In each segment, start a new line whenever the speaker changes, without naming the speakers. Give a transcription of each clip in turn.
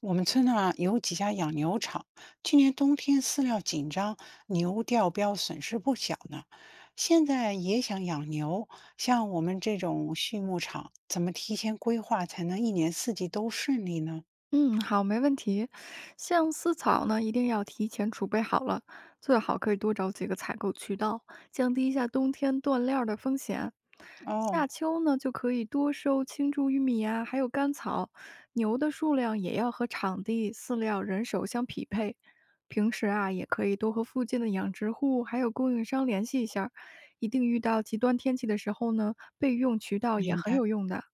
我们村呢有几家养牛场，去年冬天饲料紧张，牛掉膘损失不小呢。现在也想养牛，像我们这种畜牧场，怎么提前规划才能一年四季都顺利呢？
嗯，好，没问题。像丝草呢，一定要提前储备好了，最好可以多找几个采购渠道，降低一下冬天断料儿的风险。
哦，
夏秋呢，就可以多收青贮玉米呀、还有甘草。牛的数量也要和场地、饲料、人手相匹配。平时啊，也可以多和附近的养殖户还有供应商联系一下儿，一定遇到极端天气的时候呢，备用渠道也
明
很
白。
有用的。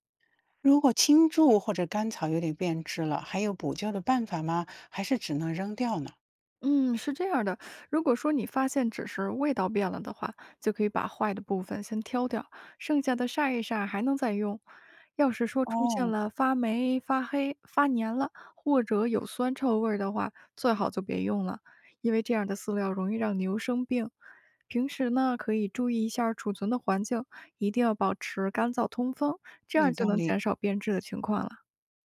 如果青贮或者干草有点变质了，还有补救的办法吗？还是只能扔掉呢？
嗯，是这样的，如果说你发现只是味道变了的话，就可以把坏的部分先挑掉，剩下的晒一晒还能再用。要是说出现
哦，
了发霉、发黑、发黏了，或者有酸臭味儿的话，最好就别用了，因为这样的饲料容易让牛生病。平时呢，可以注意一下储存的环境，一定要保持干燥通风，这
有
样就
道
能
理。
减少变质的情况了。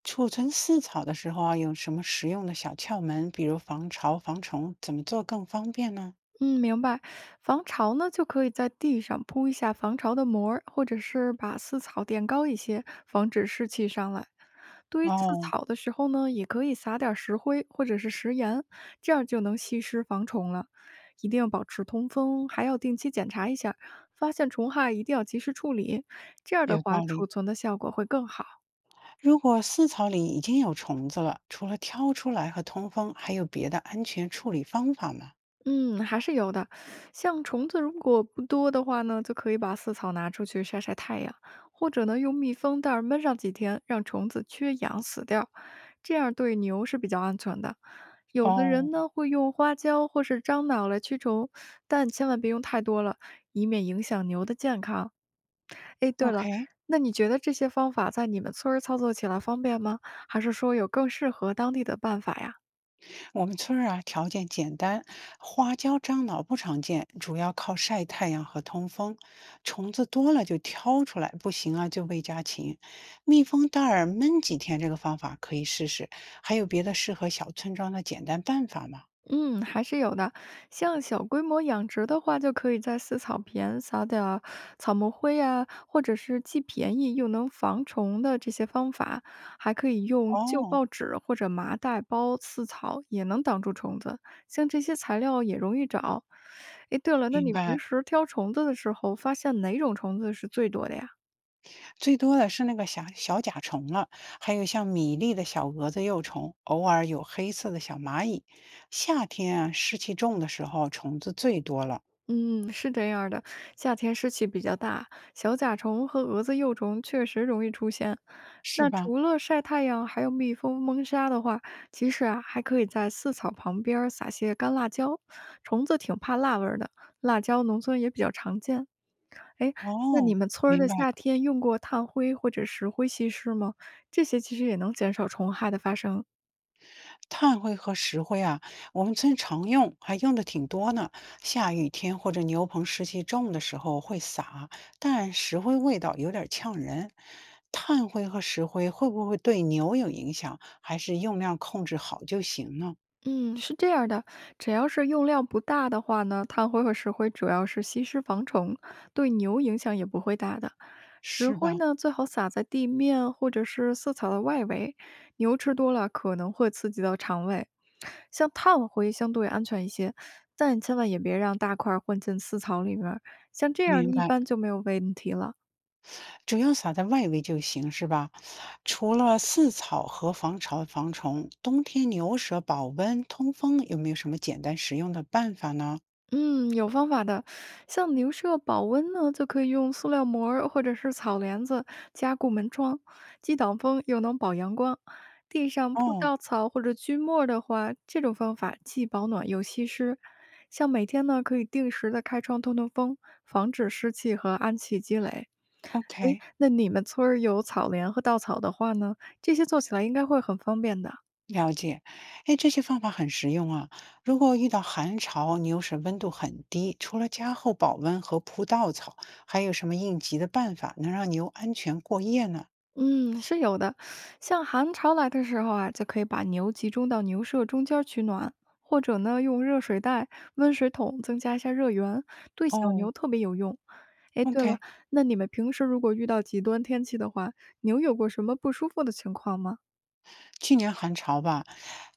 储存饲草的时候啊，有什么实用的小窍门，比如防潮、防虫，怎么做更方便呢？
嗯，明白。防潮呢，就可以在地上铺一下防潮的膜儿或者是把饲草垫高一些，防止湿气上来。堆饲
哦，
草的时候呢，也可以撒点儿石灰或者是食盐，这样就能吸湿防虫了。一定要保持通风，还要定期检查一下，发现虫害一定要及时处理。这样的
有
话，
道理。
储存的效果会更好。
如果饲草里已经有虫子了，除了挑出来和通风，还有别的安全处理方法吗？
嗯，还是有的。像虫子如果不多的话呢，就可以把饲草拿出去晒晒太阳，或者呢用密封袋儿闷上几天，让虫子缺氧死掉，这样对牛是比较安全的。有的
哦
人呢会用花椒或是樟脑来驱虫，但千万别用太多了，以免影响牛的健康。哎，对了，
，OK，
那你觉得这些方法在你们村儿操作起来方便吗？还是说有更适合当地的办法呀？
我们村儿啊条件简单，花椒、樟脑不常见，主要靠晒太阳和通风。虫子多了就挑出来，不行啊就喂家禽。密封袋儿闷几天，这个方法可以试试。还有别的适合小村庄的简单办法吗？
嗯，还是有的。像小规模养殖的话，就可以在饲草坪撒点儿草木灰啊，或者是既便宜又能防虫的这些方法，还可以用旧
哦，
报纸或者麻袋包饲草，也能挡住虫子。像这些材料也容易找。诶，对了，那
明
你平
白。
时挑虫子的时候，发现哪种虫子是最多的呀？
最多的是那个小小甲虫了，还有像米粒的小蛾子幼虫，偶尔有黑色的小蚂蚁。夏天啊，湿气重的时候，虫子最多了，
嗯，是这样儿的，夏天湿气比较大，小甲虫和蛾子幼虫确实容易出现。
是
那
吧？
除了晒太阳，还有蜜蜂蒙沙的话，其实啊，还可以在饲草旁边儿撒些干辣椒。虫子挺怕辣味儿的，辣椒农村也比较常见。哎，那你
哦，
们村儿
明
的
白。
夏天用过炭灰或者石灰稀释吗？这些其实也能减少虫害的发生。
炭灰和石灰啊，我们村常用，还用的挺多呢。下雨天或者牛棚湿气重的时候会撒，但石灰味道有点呛人。炭灰和石灰会不会对牛有影响？还是用量控制好就行呢？
嗯，是这样的，只要是用量不大的话呢，炭灰和石灰主要是吸湿防虫，对牛影响也不会大的。石
是
灰
吧？
呢，最好撒在地面或者是饲草的外围，牛吃多了可能会刺激到肠胃。像炭灰相对安全一些，但千万也别让大块儿混进饲草里面儿，像这样
明
一
白。
般就没有问题了。
只要撒在外围就行，是吧？除了饲草和防潮防虫，冬天牛舍保温通风有没有什么简单实用的办法呢？
嗯，有方法的，像牛舍保温呢，就可以用塑料膜儿或者是草帘子加固门窗，既挡风又能保阳光。地上铺
哦
稻草或者锯末儿的话，这种方法既保暖又吸湿。像每天呢，可以定时的开窗通通风，防止湿气和氨气积累。诶，
，OK，
那你们村儿有草帘和稻草的话呢，这些做起来应该会很方便的。
了解。哎，这些方法很实用啊。如果遇到寒潮，牛舍温度很低，除了加厚保温和铺稻草，还有什么应急的办法能让牛安全过夜呢？
嗯，是有的。像寒潮来的时候啊，就可以把牛集中到牛舍中间儿取暖，或者呢用热水袋、温水桶增加一下热源，对小
哦
牛特别有用。哎，对了，
，OK。
那你们平时如果遇到极端天气的话，牛有过什么不舒服的情况吗？
去年寒潮吧，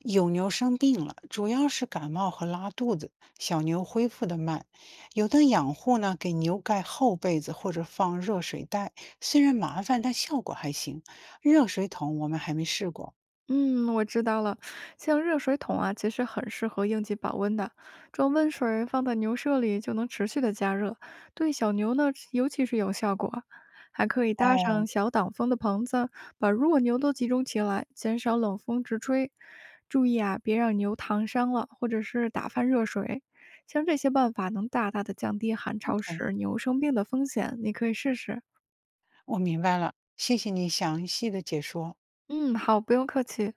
有牛生病了，主要是感冒和拉肚子，小牛恢复的慢。有的养护呢，给牛盖厚被子或者放热水袋，虽然麻烦，但效果还行。热水桶我们还没试过。
嗯，我知道了。像热水桶啊，其实很适合应急保温的，装温水放在牛舍里就能持续的加热，对小牛呢尤其是有效果。还可以搭
哦
上小挡风的棚子，把弱牛都集中起来，减少冷风直吹。注意啊，别让牛烫伤了，或者是打翻热水。像这些办法能大大的降低寒潮
，OK，
时牛生病的风险，你可以试试。
我明白了，谢谢你详细的解说。
嗯，好，不用客气。